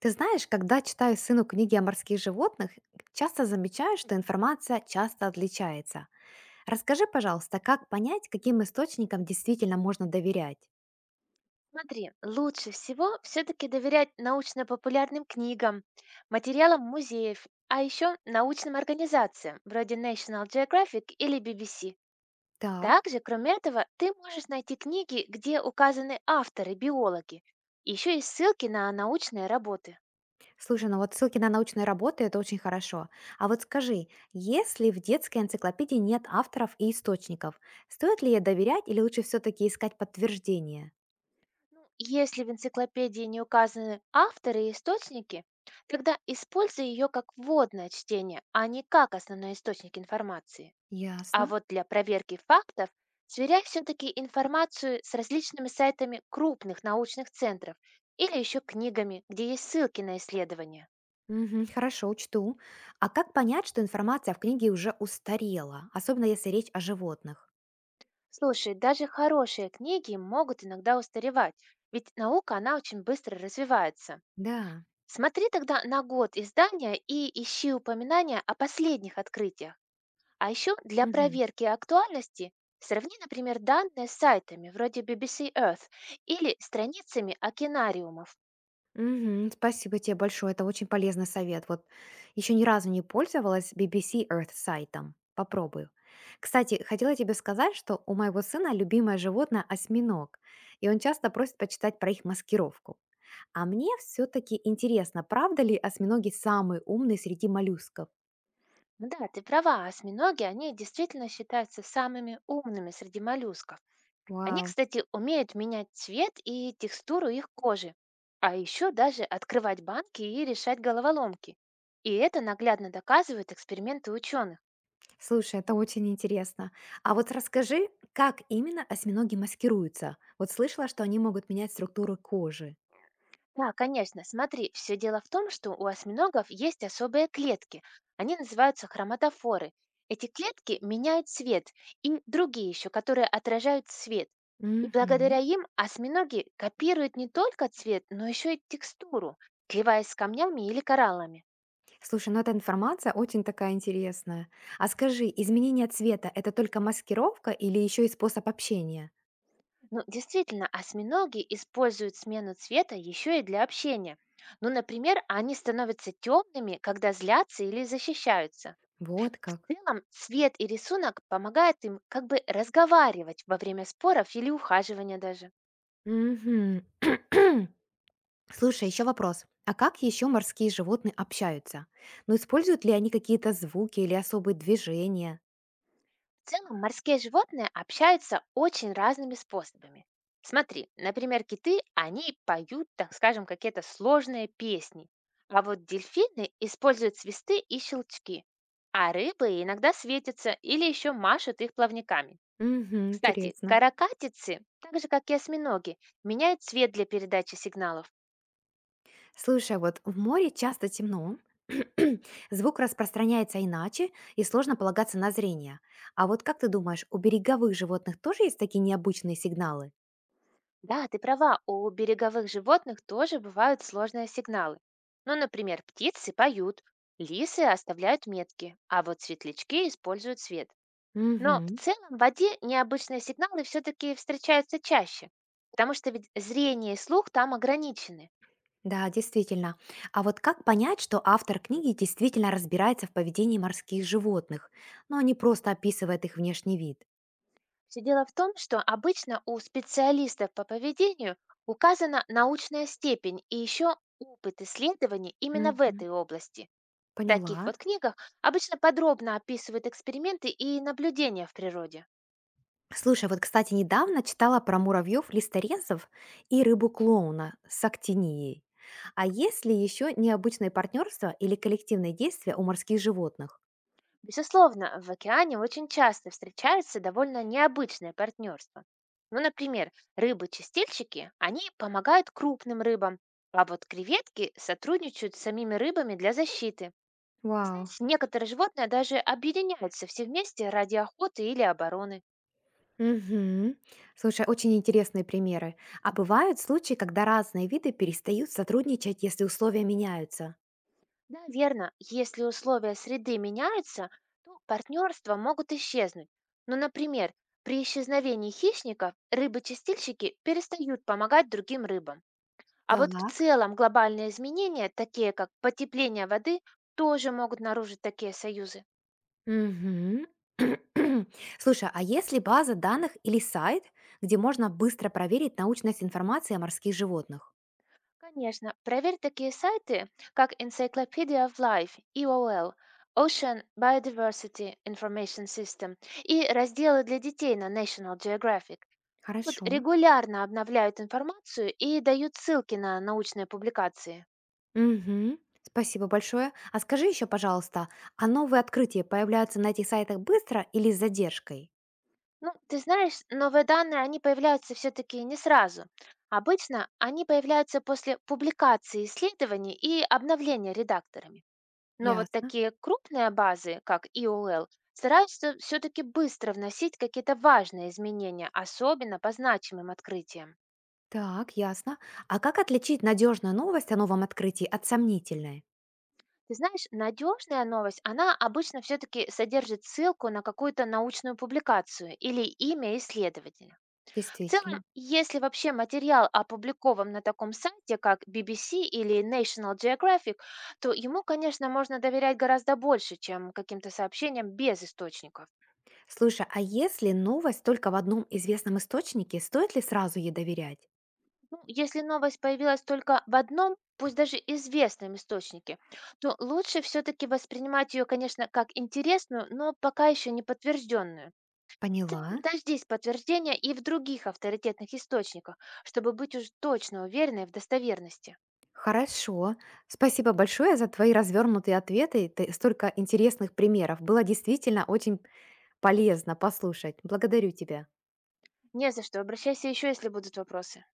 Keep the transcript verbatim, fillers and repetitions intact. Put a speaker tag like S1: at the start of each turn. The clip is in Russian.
S1: Ты знаешь, когда читаю сыну книги о морских животных, часто замечаю, что информация часто отличается. Расскажи, пожалуйста, как понять, каким источникам действительно можно доверять?
S2: Смотри, лучше всего все-таки доверять научно-популярным книгам, материалам музеев, а еще научным организациям, вроде National Geographic или B B C.
S1: Так.
S2: Также, кроме этого, ты можешь найти книги, где указаны авторы, биологи. Еще есть ссылки на научные работы.
S1: Слушай, ну вот ссылки на научные работы – это очень хорошо. А вот скажи, если в детской энциклопедии нет авторов и источников, стоит ли ей доверять или лучше все-таки искать подтверждение?
S2: Ну, Если в энциклопедии не указаны авторы и источники, тогда используй ее как вводное чтение, а не как основной источник информации. А
S1: Ясно.
S2: вот для проверки фактов сверяй все-таки информацию с различными сайтами крупных научных центров или еще книгами, где есть ссылки на исследования.
S1: Мгм, хорошо, учту. А как понять, что информация в книге уже устарела, особенно если речь о животных?
S2: Слушай, даже хорошие книги могут иногда устаревать, ведь наука, она очень быстро развивается.
S1: Да.
S2: Смотри тогда на год издания и ищи упоминания о последних открытиях. А еще для
S1: Мгм.
S2: проверки актуальности сравни, например, данные с сайтами вроде B B C Earth или страницами океанариумов.
S1: Мгм. Спасибо тебе большое. Это очень полезный совет. Вот еще ни разу не пользовалась B B C Earth сайтом. Попробую. Кстати, хотела тебе сказать, что у моего сына любимое животное осьминог, и он часто просит почитать про их маскировку. А мне все-таки интересно, правда ли осьминоги самые умные среди моллюсков?
S2: Ну да, ты права, осьминоги, они действительно считаются самыми умными среди моллюсков. Они,
S1: Вау,
S2: кстати, умеют менять цвет и текстуру их кожи, а еще даже открывать банки и решать головоломки. И это наглядно доказывают эксперименты ученых.
S1: слушай, это очень интересно. А вот расскажи, как именно осьминоги маскируются? Вот слышала, что они могут менять структуру кожи.
S2: Да, конечно. Смотри, все дело в том, что у осьминогов есть особые клетки. Они называются хроматофоры. Эти клетки меняют цвет и другие еще, которые отражают свет. И
S1: Мгм.
S2: благодаря им осьминоги копируют не только цвет, но еще и текстуру, сливаясь с камнями или кораллами.
S1: Слушай, ну эта информация очень такая интересная. А скажи, изменение цвета – это только маскировка или еще и способ общения?
S2: Ну, действительно, осьминоги используют смену цвета еще и для общения. Ну, например, они становятся темными, когда злятся или защищаются.
S1: Вот
S2: В
S1: как.
S2: целом, цвет и рисунок помогают им как бы разговаривать во время споров или ухаживания даже.
S1: Мгм. Слушай, еще вопрос. А как еще морские животные общаются? Ну, используют ли они какие-то звуки или особые движения?
S2: В целом, морские животные общаются очень разными способами. Смотри, например, киты, они поют, так скажем, какие-то сложные песни, а вот дельфины используют свисты и щелчки, а рыбы иногда светятся или еще машут их плавниками.
S1: Мгм,
S2: Кстати,
S1: интересно.
S2: каракатицы, так же как и осьминоги, меняют цвет для передачи сигналов.
S1: Слушай, вот в море часто темно, звук распространяется иначе, и сложно полагаться на зрение. А вот как ты думаешь, у береговых животных тоже есть такие необычные сигналы?
S2: Да, ты права, у береговых животных тоже бывают сложные сигналы. Ну, например, птицы поют, лисы оставляют метки, а вот светлячки используют свет. Но
S1: Мгм.
S2: в целом в воде необычные сигналы все-таки встречаются чаще, потому что ведь зрение и слух там ограничены.
S1: Да, действительно. А вот как понять, что автор книги действительно разбирается в поведении морских животных, но не просто описывает их внешний вид?
S2: Все дело в том, что обычно у специалистов по поведению указана научная степень и еще опыт исследований именно в
S1: Мгм.
S2: этой области. В таких
S1: Поняла.
S2: вот книгах обычно подробно описывают эксперименты и наблюдения в природе.
S1: Слушай, вот, кстати, недавно читала про муравьев листорезов и рыбу-клоуна с актинией. А есть ли еще необычные партнерства или коллективные действия у морских животных?
S2: Безусловно, в океане очень часто встречаются довольно необычные партнерства. Ну, например, рыбы-чистильщики, они помогают крупным рыбам, а вот креветки сотрудничают с самими рыбами для защиты.
S1: Вау.
S2: Знаете, некоторые животные даже объединяются все вместе ради охоты или обороны.
S1: Мгм. Слушай, очень интересные примеры. А бывают случаи, когда разные виды перестают сотрудничать, если условия меняются?
S2: Да, верно. Если условия среды меняются, то партнерства могут исчезнуть. Но, например, при исчезновении хищников рыбы-чистильщики перестают помогать другим рыбам. А вот в
S1: Так.
S2: целом глобальные изменения, такие как потепление воды, тоже могут нарушить такие союзы.
S1: Мгм. Слушай, а если база данных или сайт, где можно быстро проверить научность информации о морских животных?
S2: Конечно, проверь такие сайты, как Encyclopedia of Life, E O L, Ocean Biodiversity Information System и разделы для детей на National Geographic. Там вот
S1: Хорошо.
S2: регулярно обновляют информацию и дают ссылки на научные публикации.
S1: Мгм. Спасибо большое. А скажи еще, пожалуйста, а новые открытия появляются на этих сайтах быстро или с задержкой?
S2: Ну, ты знаешь, новые данные, они появляются все-таки не сразу. Обычно они появляются после публикации исследований и обновления редакторами. Но вот
S1: Ясно.
S2: такие крупные базы, как E O L, стараются все-таки быстро вносить какие-то важные изменения, особенно по значимым открытиям.
S1: Так, ясно. А как отличить надежную новость о новом открытии от сомнительной?
S2: Ты знаешь, надежная новость, она обычно все-таки содержит ссылку на какую-то научную публикацию или имя исследователя. В
S1: Действительно.
S2: целом, если вообще материал опубликован на таком сайте, как B B C или National Geographic, то ему, конечно, можно доверять гораздо больше, чем каким-то сообщениям без источника.
S1: Слушай, а если новость только в одном известном источнике, стоит ли сразу ей доверять?
S2: Ну, если новость появилась только в одном, пусть даже известном источнике, то лучше все-таки воспринимать ее, конечно, как интересную, но пока еще не подтвержденную. В целом,
S1: Поняла.
S2: дождись подтверждения и в других авторитетных источниках, чтобы быть уж точно уверенной в достоверности.
S1: Хорошо. Спасибо большое за твои развернутые ответы. Ты столько интересных примеров. Было действительно очень полезно послушать. Благодарю тебя.
S2: Не за что, обращайся еще, если будут вопросы.